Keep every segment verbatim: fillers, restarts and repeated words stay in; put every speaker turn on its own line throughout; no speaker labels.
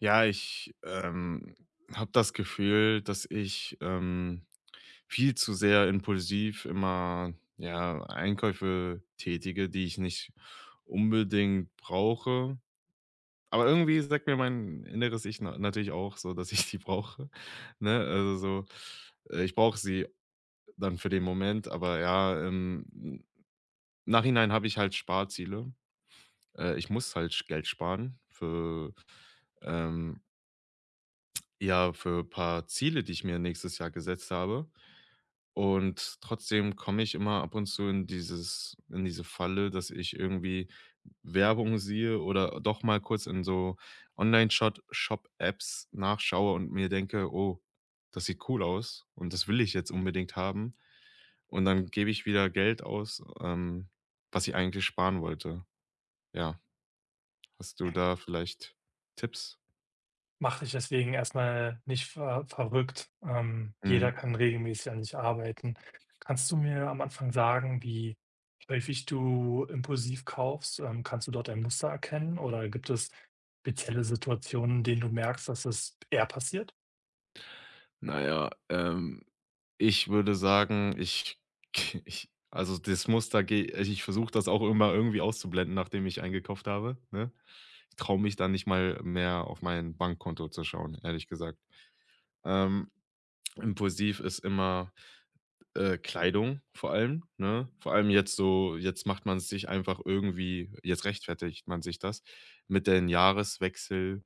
Ja, ich, ähm, habe das Gefühl, dass ich, ähm, viel zu sehr impulsiv immer, ja, Einkäufe tätige, die ich nicht unbedingt brauche. Aber irgendwie sagt mir mein inneres Ich na natürlich auch so, dass ich die brauche, ne? Also so, äh, ich brauche sie dann für den Moment, aber ja, im N Nachhinein habe ich halt Sparziele. Äh, ich muss halt Geld sparen für, ähm ja, für ein paar Ziele, die ich mir nächstes Jahr gesetzt habe. Und trotzdem komme ich immer ab und zu in dieses in diese Falle, dass ich irgendwie Werbung sehe oder doch mal kurz in so online Shop-Apps nachschaue und mir denke: „Oh, das sieht cool aus und das will ich jetzt unbedingt haben.“ Und dann gebe ich wieder Geld aus, ähm, was ich eigentlich sparen wollte. Ja, hast du
Ähm,
da vielleicht Tipps?
Mach dich deswegen erstmal nicht ver verrückt. Ähm, jeder
Mhm.
kann regelmäßig an sich arbeiten. Kannst du mir am Anfang sagen, wie häufig du impulsiv kaufst? Ähm, kannst du dort ein Muster erkennen oder gibt es spezielle Situationen, in denen du merkst, dass es eher passiert?
Na ja, ähm, ich würde sagen, ich ich also, das Muster gehe ich versuche das auch immer irgendwie auszublenden, nachdem ich eingekauft habe, ne? Ich traue mich dann nicht mal mehr auf mein Bankkonto zu schauen, ehrlich gesagt. Ähm, impulsiv ist immer äh, Kleidung vor allem, ne? Vor allem jetzt so jetzt macht man es sich einfach irgendwie jetzt rechtfertigt man sich das mit den Jahreswechsel,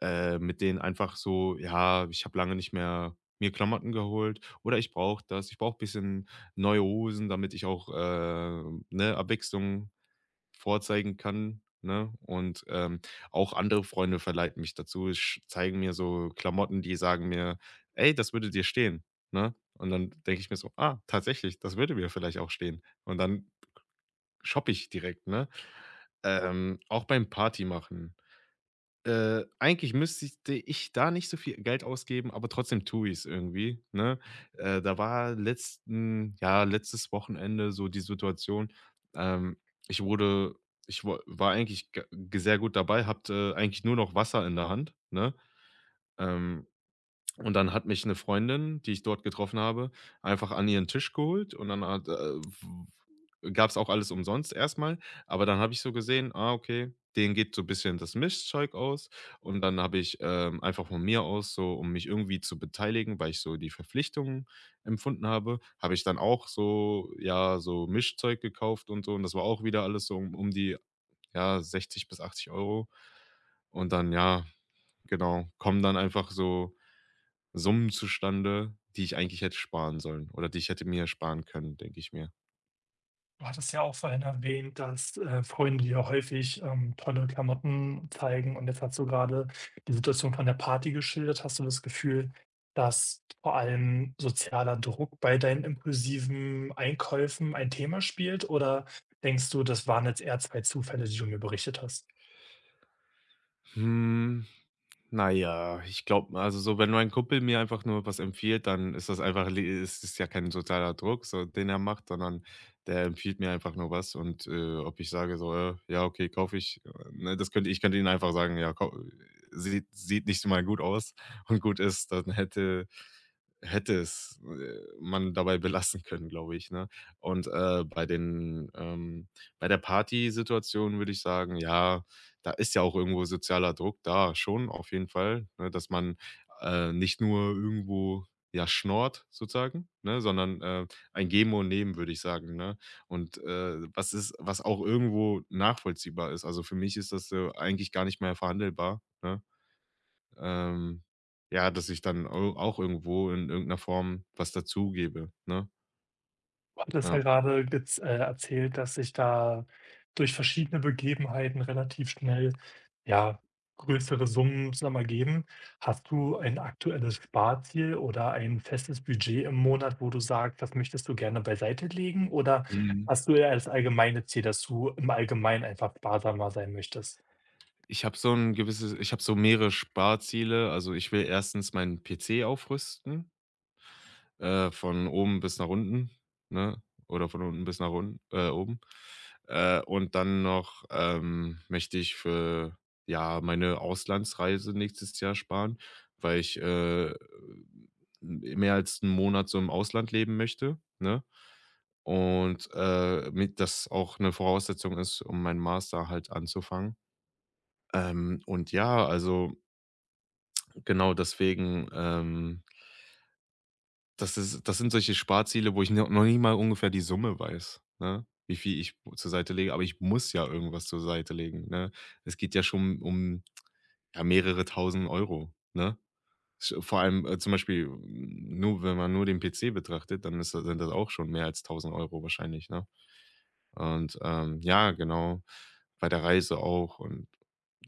äh, mit den einfach so: „Ja, ich habe lange nicht mehr mir Klamotten geholt oder ich brauche das. Ich brauche ein bisschen neue Hosen, damit ich auch, äh, ne, Abwechslung vorzeigen kann, ne? Und, ähm, auch andere Freunde verleiten mich dazu, sch zeigen mir so Klamotten, die sagen mir: „Ey, das würde dir stehen“, ne? Und dann denke ich mir so: „Ah, tatsächlich, das würde mir vielleicht auch stehen.“ Und dann shoppe ich direkt, ne? Ähm, auch beim Party machen. Äh, eigentlich müsste ich da nicht so viel Geld ausgeben, aber trotzdem tue ich es irgendwie, ne? Äh, da war letzten ja, letztes Wochenende so die Situation, ähm, ich wurde ich wa war eigentlich g sehr gut dabei, hatte eigentlich nur noch Wasser in der Hand, ne? Ähm und dann hat mich eine Freundin, die ich dort getroffen habe, einfach an ihren Tisch geholt und dann hat, äh, w gab's auch alles umsonst erstmal, aber dann habe ich so gesehen: „Ah, okay, denen geht so ein bisschen das Mischzeug aus.“ Und dann habe ich, ähm, einfach von mir aus so, um mich irgendwie zu beteiligen, weil ich so die Verpflichtungen empfunden habe, habe ich dann auch so ja, so Mischzeug gekauft und so und das war auch wieder alles so um um die, ja, sechzig bis achtzig Euro und dann, ja, genau, kommen dann einfach so Summen zustande, die ich eigentlich hätte sparen sollen oder die ich hätte mir sparen können, denke ich mir.
Du hattest ja auch vorhin erwähnt, dass, äh, Freunde dir häufig, ähm, tolle Klamotten zeigen, und jetzt hast du gerade die Situation von der Party geschildert. Hast du das Gefühl, dass vor allem sozialer Druck bei deinen impulsiven Einkäufen ein Thema spielt, oder denkst du, das waren jetzt eher zwei Zufälle, die du mir berichtet hast?
Hm. Na ja, ich glaube also, so, wenn mein Kumpel mir einfach nur was empfiehlt, dann ist das einfach le ist ja kein sozialer Druck, so, den er macht, sondern der empfiehlt mir einfach nur was und, äh, ob ich sage so: „Äh, ja, okay, kaufe ich“, äh, ne, das könnte ich könnte ihm einfach sagen: „Ja, kau sieht sieht nicht mal gut aus“ und gut ist, dann hätte hätte es, äh, man dabei belassen können, glaube ich, ne? Und, äh, bei den ähm, bei der Partysituation würde ich sagen, ja, da ist ja auch irgendwo sozialer Druck da, schon auf jeden Fall, ne, dass man, äh, nicht nur irgendwo, ja, schnort sozusagen, ne, sondern, äh, ein Geben und Nehmen, würde ich sagen, ne? Und, äh, was ist was auch irgendwo nachvollziehbar ist. Also, für mich ist das, äh, eigentlich gar nicht mehr verhandelbar, ne? Ähm, ja, dass ich dann au auch irgendwo in irgendeiner Form was dazugebe, ne?
Du hattest ja
Ja.
gerade gez äh, erzählt, dass sich da durch verschiedene Begebenheiten relativ schnell, ja, größere Summen zusammen ergeben. Hast du ein aktuelles Sparziel oder ein festes Budget im Monat, wo du sagst, das möchtest du gerne beiseite legen? Oder
Mhm.
hast du eher das allgemeine Ziel, dass du im Allgemeinen einfach sparsamer sein möchtest?
Ich habe so ein gewisses ich habe so mehrere Sparziele. Also, ich will erstens meinen P C aufrüsten. Äh, von oben bis nach unten, ne? Oder von unten bis nach un äh, oben. Äh, und dann noch, ähm, möchte ich für, ja, meine Auslandsreise nächstes Jahr sparen, weil ich, äh, mehr als einen Monat so im Ausland leben möchte, ne? Und, äh, mit das auch eine Voraussetzung ist, um meinen Master halt anzufangen. Ähm, und ja, also genau deswegen, ähm Das ist das sind solche Sparziele, wo ich no noch nicht mal ungefähr die Summe weiß, ne? Wie viel ich zur Seite lege, aber ich muss ja irgendwas zur Seite legen, ne? Es geht ja schon um, ja, mehrere Tausend Euro, ne? Sch Vor allem, äh, zum Beispiel, mm, nur wenn man nur den P C betrachtet, dann ist da sind das auch schon mehr als tausend Euro wahrscheinlich, ne? Und, ähm, ja, genau, bei der Reise auch. Und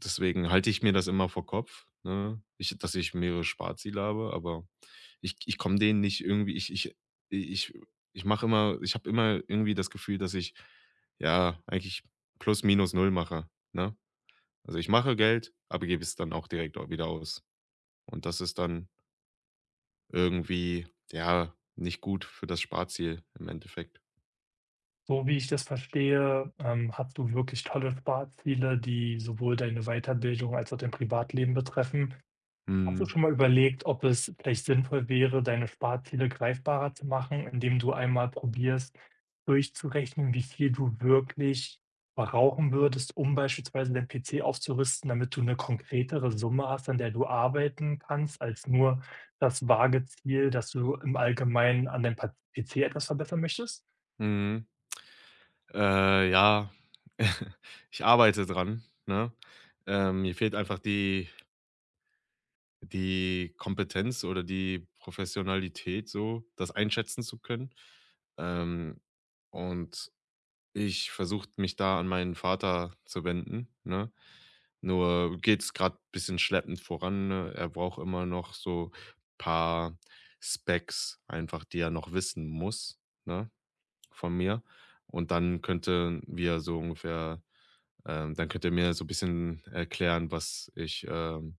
deswegen halte ich mir das immer vor Kopf, ne, ich dass ich mehrere Sparziele habe, aber ich ich komme denen nicht irgendwie ich ich ich ich mache immer ich habe immer irgendwie das Gefühl, dass ich, ja, eigentlich plus minus null mache, ne? Also, ich mache Geld, aber gebe es dann auch direkt au wieder aus. Und das ist dann irgendwie, ja, nicht gut für das Sparziel im Endeffekt.
So wie ich das verstehe, ähm, hast du wirklich tolle Sparziele, die sowohl deine Weiterbildung als auch dein Privatleben betreffen. Hast du
Mhm,
schon mal überlegt, ob es vielleicht sinnvoll wäre, deine Sparziele greifbarer zu machen, indem du einmal probierst, durchzurechnen, wie viel du wirklich verbrauchen würdest, um beispielsweise deinen P C aufzurüsten, damit du eine konkretere Summe hast, an der du arbeiten kannst, als nur das vage Ziel, dass du im Allgemeinen an deinem Pa P C etwas verbessern möchtest?
mhm. Äh, ja, ich arbeite dran, ne? Ähm, mir fehlt einfach die die Kompetenz oder die Professionalität so, das einschätzen zu können. Ähm, und ich versuche mich da an meinen Vater zu wenden, ne? Nur geht's grad bisschen schleppend voran, ne? Er braucht immer noch so paar Specs einfach, die er noch wissen muss, ne, von mir. Und dann könnten wir so ungefähr ähm, dann könnt ihr mir so ein bisschen erklären, was ich, ähm,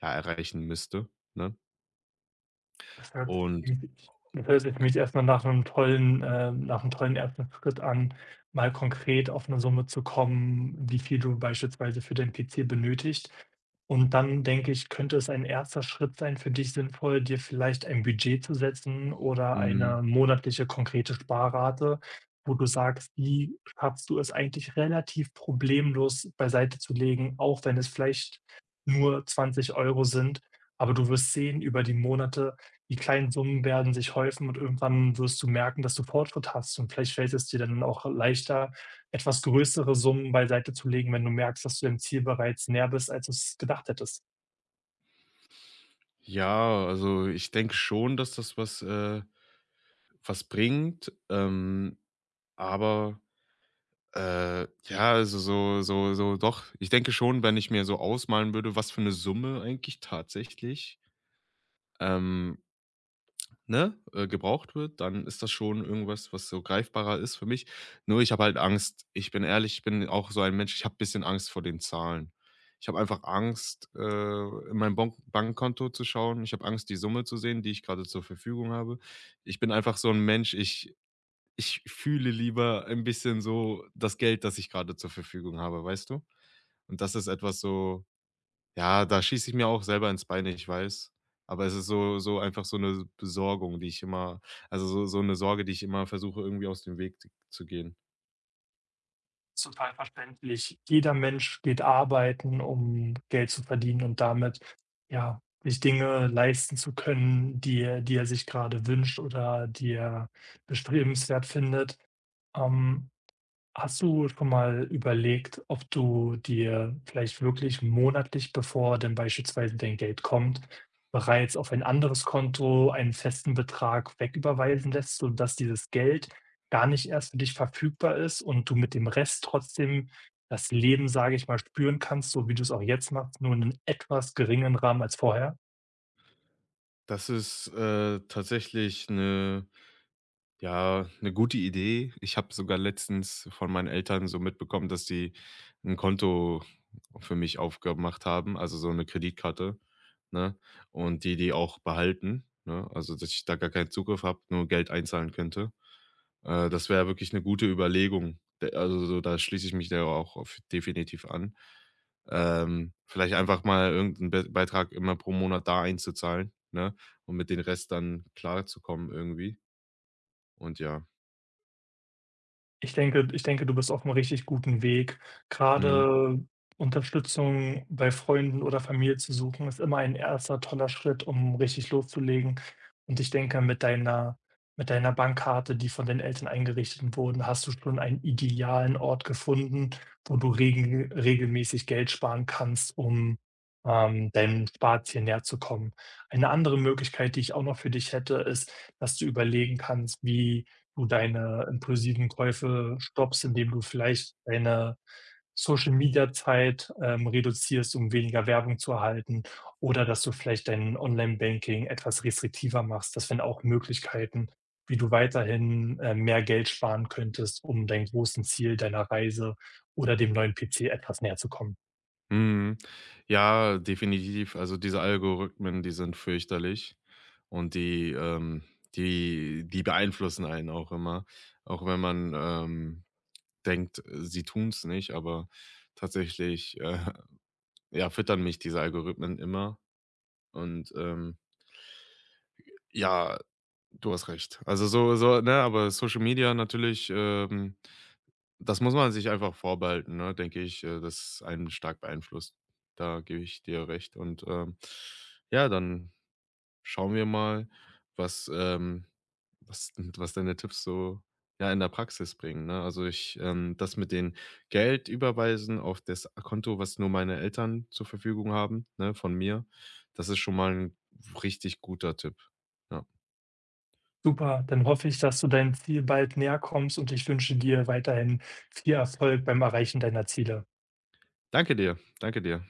ja, erreichen müsste, ne?
Das hört
Und,
sich Das hört sich für mich erstmal nach einem tollen äh, nach einem tollen ersten Schritt an, mal konkret auf eine Summe zu kommen, wie viel du beispielsweise für deinen P C benötigst. Und dann denke ich, könnte es ein erster Schritt sein für dich sinnvoll, dir vielleicht ein Budget zu setzen oder
hm,
eine monatliche konkrete Sparrate, wo du sagst, die schaffst du es eigentlich relativ problemlos beiseite zu legen, auch wenn es vielleicht nur zwanzig Euro sind. Aber du wirst sehen, über die Monate, die kleinen Summen werden sich häufen, und irgendwann wirst du merken, dass du Fortschritt hast und vielleicht fällt es dir dann auch leichter, etwas größere Summen beiseite zu legen, wenn du merkst, dass du dem Ziel bereits näher bist, als du es gedacht hättest.
ja, also, ich denke schon, dass das was, äh was bringt, ähm, aber, äh, ja, also, so so so doch, ich denke schon, wenn ich mir so ausmalen würde, was für eine Summe eigentlich tatsächlich, ähm ne, äh, gebraucht wird, dann ist das schon irgendwas, was so greifbarer ist für mich. Nur ich habe halt Angst. Ich bin ehrlich, ich bin auch so ein Mensch, ich habe ein bisschen Angst vor den Zahlen. Ich habe einfach Angst, äh, in mein Bonk Bankkonto zu schauen. Ich habe Angst, die Summe zu sehen, die ich gerade zur Verfügung habe. Ich bin einfach so ein Mensch, ich ich fühle lieber ein bisschen so das Geld, das ich gerade zur Verfügung habe, weißt du? Und das ist etwas so, ja, da schieße ich mir auch selber ins Bein, ich weiß. Aber es ist so so einfach so eine Besorgung, die ich immer also, so so eine Sorge, die ich immer versuche, irgendwie aus dem Weg zu gehen.
Ist total verständlich. Jeder Mensch geht arbeiten, um Geld zu verdienen und damit, ja, sich Dinge leisten zu können, die er die er sich gerade wünscht oder die er bestrebenswert findet. Ähm, Hast du schon mal überlegt, ob du dir vielleicht wirklich monatlich, bevor denn beispielsweise dein Geld kommt, bereits auf ein anderes Konto einen festen Betrag wegüberweisen lässt, sodass dieses Geld gar nicht erst für dich verfügbar ist und du mit dem Rest trotzdem das Leben, sage ich mal, spüren kannst, so wie du es auch jetzt machst, nur in 'nem etwas geringeren Rahmen als vorher?
Das ist, äh, tatsächlich eine. Ja, eine gute Idee. Ich habe sogar letztens von meinen Eltern so mitbekommen, dass die ein Konto für mich aufgemacht haben, also so eine Kreditkarte, ne? Und die die auch behalten, ne? Also, dass ich da gar keinen Zugriff habe, nur Geld einzahlen könnte. Äh, das wäre wirklich eine gute Überlegung. D Also so, da schließe ich mich da auch auf definitiv an. Ähm, vielleicht einfach mal irgend Be Beitrag immer pro Monat da einzuzahlen, ne? Und mit den Rest dann klarzukommen irgendwie und ja.
Ich denke ich denke, du bist auf einem richtig guten Weg.
Mhm.
Gerade Unterstützung bei Freunden oder Familie zu suchen, ist immer ein erster toller Schritt, um richtig loszulegen. Und ich denke, mit deiner mit deiner Bankkarte, die von den Eltern eingerichtet wurden, hast du schon einen idealen Ort gefunden, wo du regel regelmäßig Geld sparen kannst, um, ähm, deinem Sparziel näher zu kommen. Eine andere Möglichkeit, die ich auch noch für dich hätte, ist, dass du überlegen kannst, wie du deine impulsiven Käufe stoppst, indem du vielleicht deine Social-Media-Zeit, ähm, reduzierst, um weniger Werbung zu erhalten, oder dass du vielleicht dein Online-Banking etwas restriktiver machst. Das wären auch Möglichkeiten, wie du weiterhin, äh, mehr Geld sparen könntest, um deinem großen Ziel deiner Reise oder dem neuen P C etwas näher zu kommen.
Mhm. Ja, definitiv. Also diese Algorithmen, die sind fürchterlich und die, ähm, die die beeinflussen einen auch immer, auch wenn man, ähm, denkt, äh, sie tun's nicht, aber tatsächlich, äh, ja, füttern mich diese Algorithmen immer und, ähm, ja. Du hast recht. Also so so, ne, aber Social Media natürlich, ähm das muss man sich einfach vorbehalten, ne, denke ich, äh, das einen stark beeinflusst. Da gebe ich dir recht und, ähm, ja, dann schauen wir mal, was, ähm was was deine Tipps so, ja, in der Praxis bringen, ne? Also ich ähm, das mit den Geld überweisen auf das Konto, was nur meine Eltern zur Verfügung haben, ne, von mir, das ist schon mal ein richtig guter Tipp. Ja.
Super, dann hoffe ich, dass du deinem Ziel bald näher kommst, und ich wünsche dir weiterhin viel Erfolg beim Erreichen deiner Ziele.
Danke dir, danke dir.